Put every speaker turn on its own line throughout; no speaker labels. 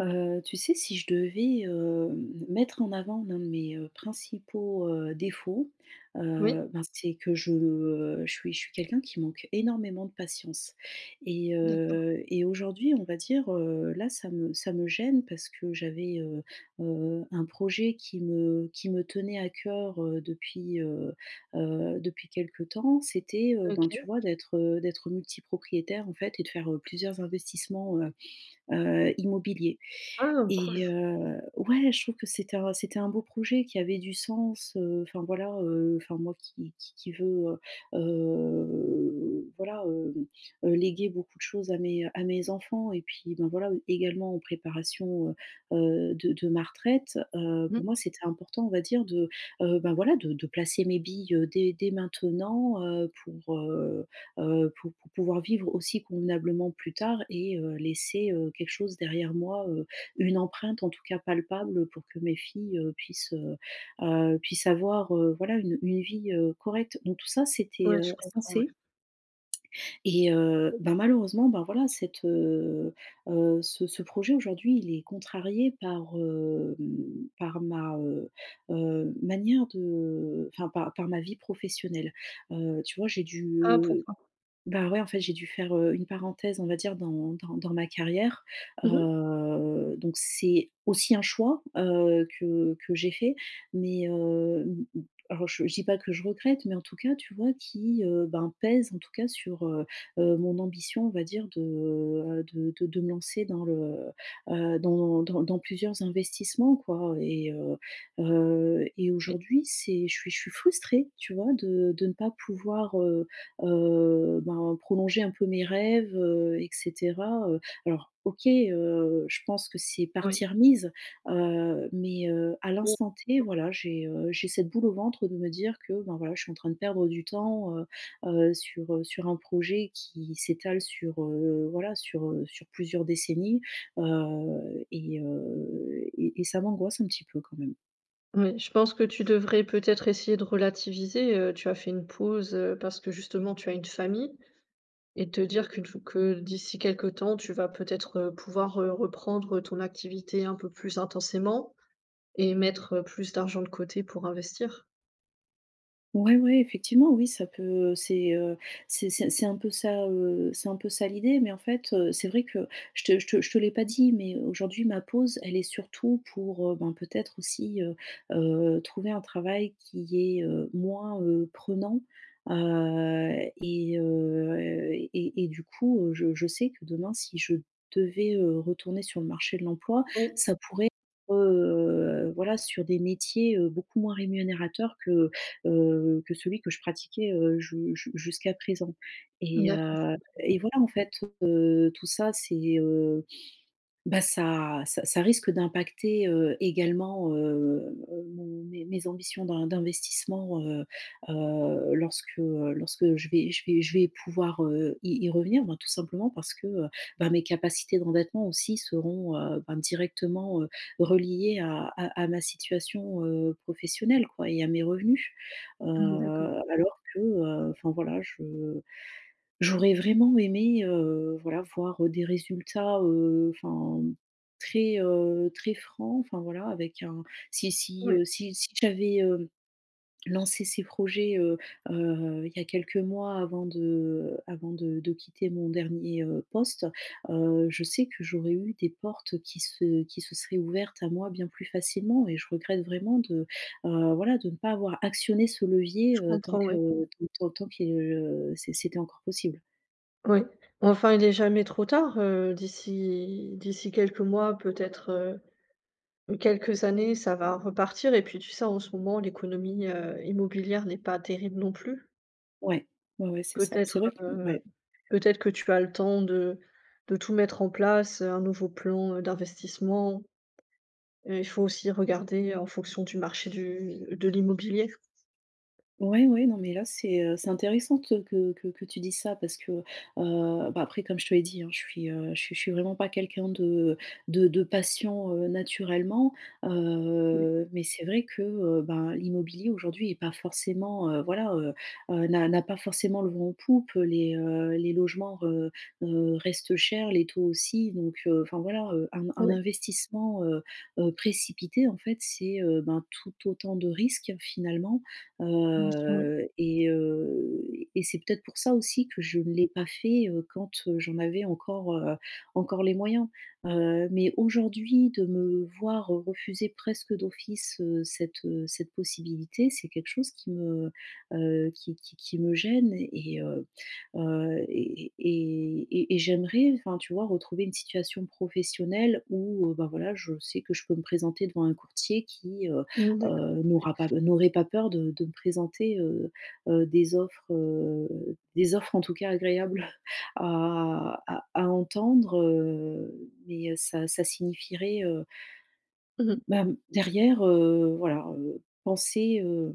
Tu sais, si je devais, mettre en avant l'un de mes, principaux, défauts,
Oui,
ben, c'est que je suis quelqu'un qui manque énormément de patience et
d'accord,
heu et aujourd'hui, on va dire, là, ça me gêne parce que j'avais, un projet qui me tenait à cœur, depuis, depuis quelque temps. C'était, ben, tu
OK.
vois, d'être multipropriétaire, en fait, et de faire, plusieurs investissements, immobiliers,
Ah, cool.
et ouais, je trouve que c'était un beau projet qui avait du sens, enfin voilà, enfin moi qui veux, voilà, léguer beaucoup de choses à mes enfants, et puis, ben, voilà, également en préparation, de ma retraite.
Mmh.
Pour moi, c'était important, on va dire, de, ben, voilà, de placer mes billes, dès maintenant, pour, pour pouvoir vivre aussi convenablement plus tard, et laisser, quelque chose derrière moi, une empreinte en tout cas palpable pour que mes filles, puissent, puissent avoir, voilà, une vie, correcte. Donc tout ça c'était,
Ouais, je comprends, ouais.
censé. Et ben, malheureusement, ben, voilà cette, ce projet aujourd'hui, il est contrarié par, par ma, manière de, enfin, par ma vie professionnelle. Tu vois? J'ai dû,
Ah, pourquoi?
ouais, en fait, j'ai dû faire, une parenthèse, on va dire, dans dans ma carrière.
Mmh.
Donc c'est aussi un choix, que j'ai fait, mais m m alors je dis pas que je regrette, mais en tout cas, tu vois, qui, ben, pèse en tout cas sur, mon ambition, on va dire, de, de me lancer dans le, dans plusieurs investissements, quoi. Et
Oui,
aujourd'hui, c'est, je suis frustrée, tu vois, de ne pas pouvoir, ben, prolonger un peu mes rêves, et cetera, Alors OK, je pense que c'est
oui,
partie remise, mais à
oui,
l'instant T, voilà, j'ai cette boule au ventre de me dire que, ben, voilà, je suis en train de perdre du temps, sur, sur un projet qui s'étale sur, voilà, sur, sur plusieurs décennies, et ça m'angoisse un petit peu quand même.
oui. Je pense que tu devrais peut-être essayer de relativiser, tu as fait une pause, parce que justement tu as une famille et te dire qu'une f que d'ici quelques temps, tu vas peut-être, pouvoir, reprendre ton activité un peu plus intensément et mettre, plus d'argent de côté pour investir.
Ouais, ouais, effectivement, oui, ça peut, c'est, c'est un peu ça, c'est un peu ça l'idée, mais en fait, c'est vrai que je te l'ai pas dit, mais aujourd'hui, ma pause, elle est surtout pour, ben, peut-être aussi, trouver un travail qui est, moins, prenant, heu et heu et et du coup, je sais que demain, si je devais, retourner sur le marché de l'emploi,
Oui,
ça pourrait, voilà, sur des métiers, beaucoup moins rémunérateurs que celui que je pratiquais, ju ju jusqu'à présent. et
d'accord, je
heu
comprends.
et voilà, en fait, tout ça c'est, ça risque d'impacter, également, mon mes mes ambitions d'investissement, lorsque, lorsque je vais pouvoir, y revenir, ben, tout simplement parce que, bah, mes capacités d'endettement aussi seront, ben, directement, reliées à ma situation, professionnelle, quoi, et à mes revenus. Heu,
Mmh, d'accord.
alors que, enfin voilà, je j'aurais vraiment aimé, voilà, voir des résultats, enfin, très, très francs, enfin, voilà, avec un,
Oui,
si si j'avais, lancé ces projets, il y a quelques mois avant de, avant de quitter mon dernier, poste, je sais que j'aurais eu des portes qui se seraient ouvertes à moi bien plus facilement, et je regrette vraiment de, voilà, de ne pas avoir actionné ce
je
levier, tant
comprends,
que
oui.
tant qu'il, c'était encore possible.
Oui, enfin, il est jamais trop tard, d'ici quelques mois, peut-être, quelques années, ça va repartir. Et puis tu sais, en ce moment, l'économie, immobilière n'est pas terrible non plus.
Ouais, ouais, ouais, c'est ça. C'est
Peut-être,
vrai que, ouais.
peut-être que tu as le temps de tout mettre en place, un nouveau plan, d'investissement. Il faut aussi regarder en fonction du marché du de l'immobilier.
Ouais, ouais, non, mais là, c'est intéressant te que que tu dis ça parce que, bah, après, comme je te l'ai dit, hein, je suis, je suis vraiment pas quelqu'un de patient, naturellement,
Oui,
mais c'est vrai que, ben, l'immobilier aujourd'hui est pas forcément, voilà, n'a pas forcément le vent en poupe. Les logements, restent chers, les taux aussi, donc enfin voilà, un
oui,
investissement, précipité, en fait, c'est, ben, tout autant de risques finalement.
bien sûr, oui.
Heu et heu et c'est peut-être pour ça aussi que je ne l'ai pas fait, quand, j'en avais encore, encore les moyens. Mais aujourd'hui, de me voir refuser presque d'office, cette, cette possibilité, c'est quelque chose qui me, qui me gêne, et j'aimerais, enfin, tu vois, retrouver une situation professionnelle où, bah, voilà, je sais que je peux me présenter devant un courtier qui,
Mmh, d'accord. Oui.
n'aurait pas peur de me présenter, des offres en tout cas agréables à entendre, mais ça signifierait,
Mmh.
bah, derrière, voilà, penser, hem,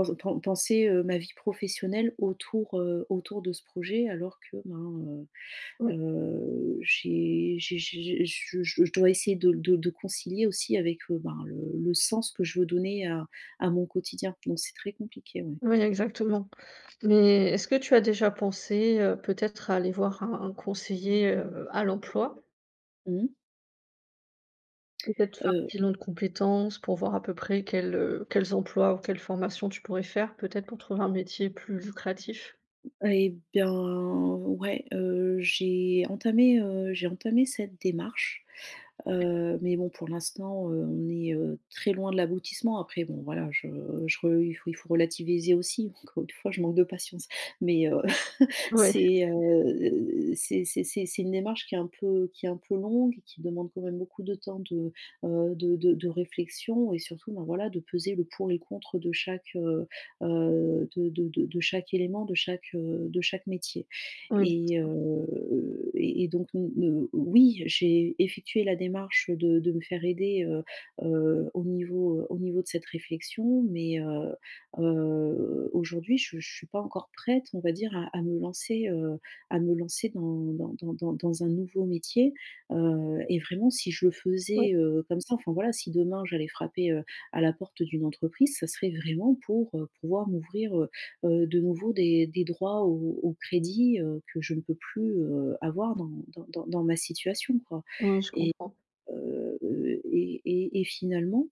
pe pen penser, ma vie professionnelle autour, autour de ce projet alors que, ben, heu
Oui,
J'ai je dois essayer de de concilier aussi avec, ben, le sens que je veux donner à mon quotidien. Donc c'est très compliqué, ouais.
oui, exactement. Mais est-ce que tu as déjà pensé, peut-être à aller voir un conseiller, à l'emploi?
Mmh.
Peut-être faire un
Heu,
bilan de compétences pour voir à peu près quels, quels emplois ou quelles formations tu pourrais faire, peut-être pour trouver un métier plus lucratif?
et bien, ouais, j'ai entamé cette démarche, mais bon, pour l'instant, on est, très loin de l'aboutissement. Après bon, voilà, je re il faut relativiser aussi, encore une fois, je manque de patience, mais
Ouais,
c'est, c'est c'est une démarche qui est un peu, qui est un peu longue, et qui demande quand même beaucoup de temps de, de réflexion, et surtout, ben, voilà, de peser le pour et le contre de chaque élément, de chaque métier.
oui,
Et heu et et donc n ne oui, j'ai effectué la démarche de me faire aider, au niveau de cette réflexion, mais aujourd'hui, je suis pas encore prête, on va dire, à me lancer, à me lancer dans un nouveau métier, et vraiment si je le
oui,
faisais, comme ça, enfin voilà, si demain j'allais frapper, à la porte d'une entreprise, ça serait vraiment pour, pouvoir m'ouvrir, de nouveau des droits au crédit, que je ne peux plus, avoir dans ma situation, quoi.
oui, je comprends.
Heu et finalement,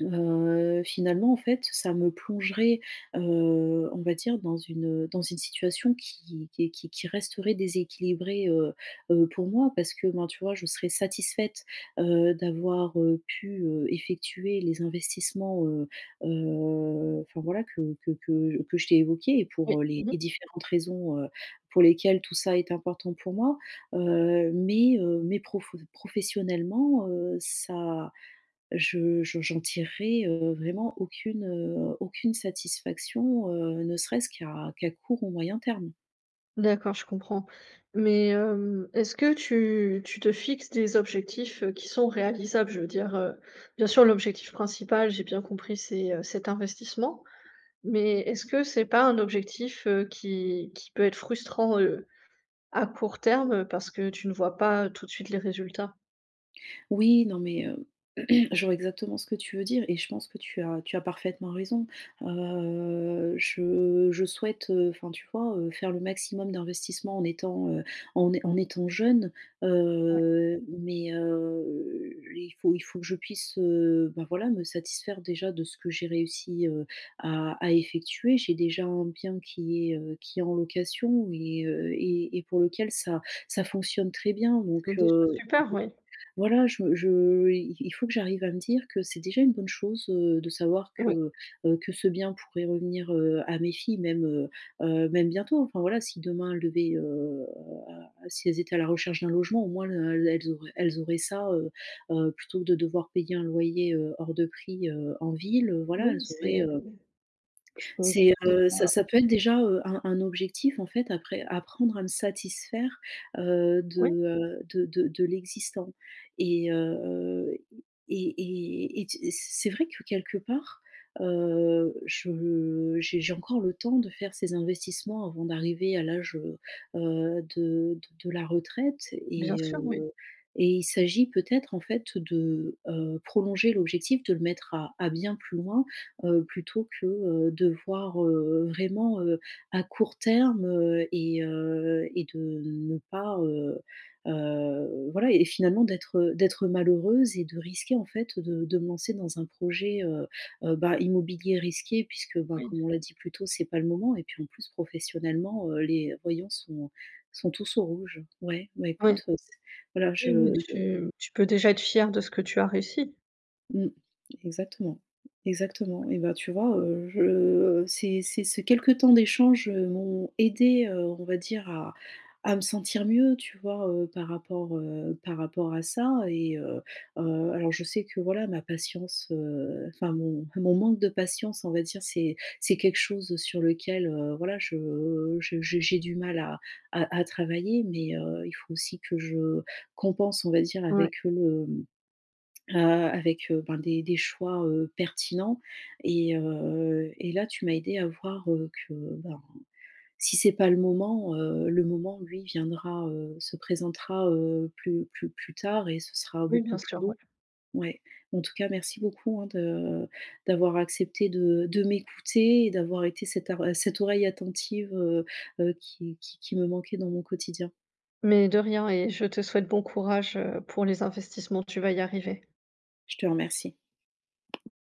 Finalement, en fait, ça me plongerait, on va dire, dans une situation qui resterait déséquilibrée, pour moi, parce que, ben, tu vois, je serais satisfaite, d'avoir, pu, effectuer les investissements, enfin voilà, que que je t'ai évoqués, et
Oui,
pour,
mmh.
les différentes raisons, pour lesquelles tout ça est important pour moi. Mais prof professionnellement, ça, je j'en tirerai, vraiment aucune, aucune satisfaction, ne serait-ce qu'à court ou moyen terme.
D'accord, je comprends. Mais, est-ce que tu te fixes des objectifs, qui sont réalisables? Je veux dire, bien sûr l'objectif principal, j'ai bien compris, c'est, cet investissement. Mais est-ce que c'est pas un objectif, qui peut être frustrant, à court terme, parce que tu ne vois pas, tout de suite les résultats?
Oui, non, mais je vois exactement ce que tu veux dire, et je pense que tu as parfaitement raison. Je souhaite, enfin, tu vois, faire le maximum d'investissement en étant, en étant jeune,
Ouais.
il faut que je puisse, bah, voilà, me satisfaire déjà de ce que j'ai réussi, à effectuer. J'ai déjà un bien qui est en location, et pour lequel ça fonctionne très bien, donc
C'est déjà super, oui.
voilà, je il faut que j'arrive à me dire que c'est déjà une bonne chose, de savoir
Oui,
que ce bien pourrait revenir, à mes filles même, même bientôt. Enfin voilà, si demain elles devaient, si elles étaient à la recherche d'un logement, au moins elles auraient ça, plutôt que de devoir payer un loyer, hors de prix, en ville, voilà,
oui,
elles auraient,
c'est c'est
c'est, heu, ça
déjà
ça peut être déjà, un objectif, en fait, après apprendre à me satisfaire, de,
oui,
de l'existant. Et heu et et et t c'est vrai que, quelque part, je j'ai encore le temps de faire ces investissements avant d'arriver à l'âge, de de de la retraite,
bien
et
sûr, oui,
heu et il s'agit peut-être, en fait, de, prolonger l'objectif, de le mettre à bien plus loin, plutôt que, de voir, vraiment, à court terme, et de ne pas, voilà, et finalement, d'être, d'être malheureuse, et de risquer en fait de me lancer dans un projet, bah, immobilier risqué, puisque, bah,
oui.
comme on l'a dit plus tôt, c'est pas le moment, et puis en plus, professionnellement, les voyants sont tous au rouge. Ouais, bah,
Oui,
écoute, c voilà,
oui,
je
oui, tu peux déjà être fier de ce que tu as réussi.
mmh. Exactement, exactement, et ben, tu vois, je ces ces ces quelques temps d'échange, m'ont aidé, on va dire, à me sentir mieux, tu vois, par rapport à ça, et alors je sais que, voilà, ma patience, enfin, mon manque de patience, on va dire, c'est quelque chose sur lequel, voilà, je j'ai du mal à travailler mais il faut aussi que je compense, on va dire,
Ouais.
avec le, Heu, avec, ben, des choix, pertinents, et là, tu m'as aidé à voir, que, ben, si c'est pas le moment, le moment, lui, viendra, se présentera, plus tard, et ce sera
Oui,
beaucoup
bien
plus
sûr, ouais.
beau. Ouais. En tout cas, merci beaucoup, hein, de d'avoir accepté de m'écouter et d'avoir été cette ar cette oreille attentive, qui me manquait dans mon quotidien.
Mais de rien, et je te souhaite bon courage, pour les investissements, tu vas y arriver.
Je te remercie.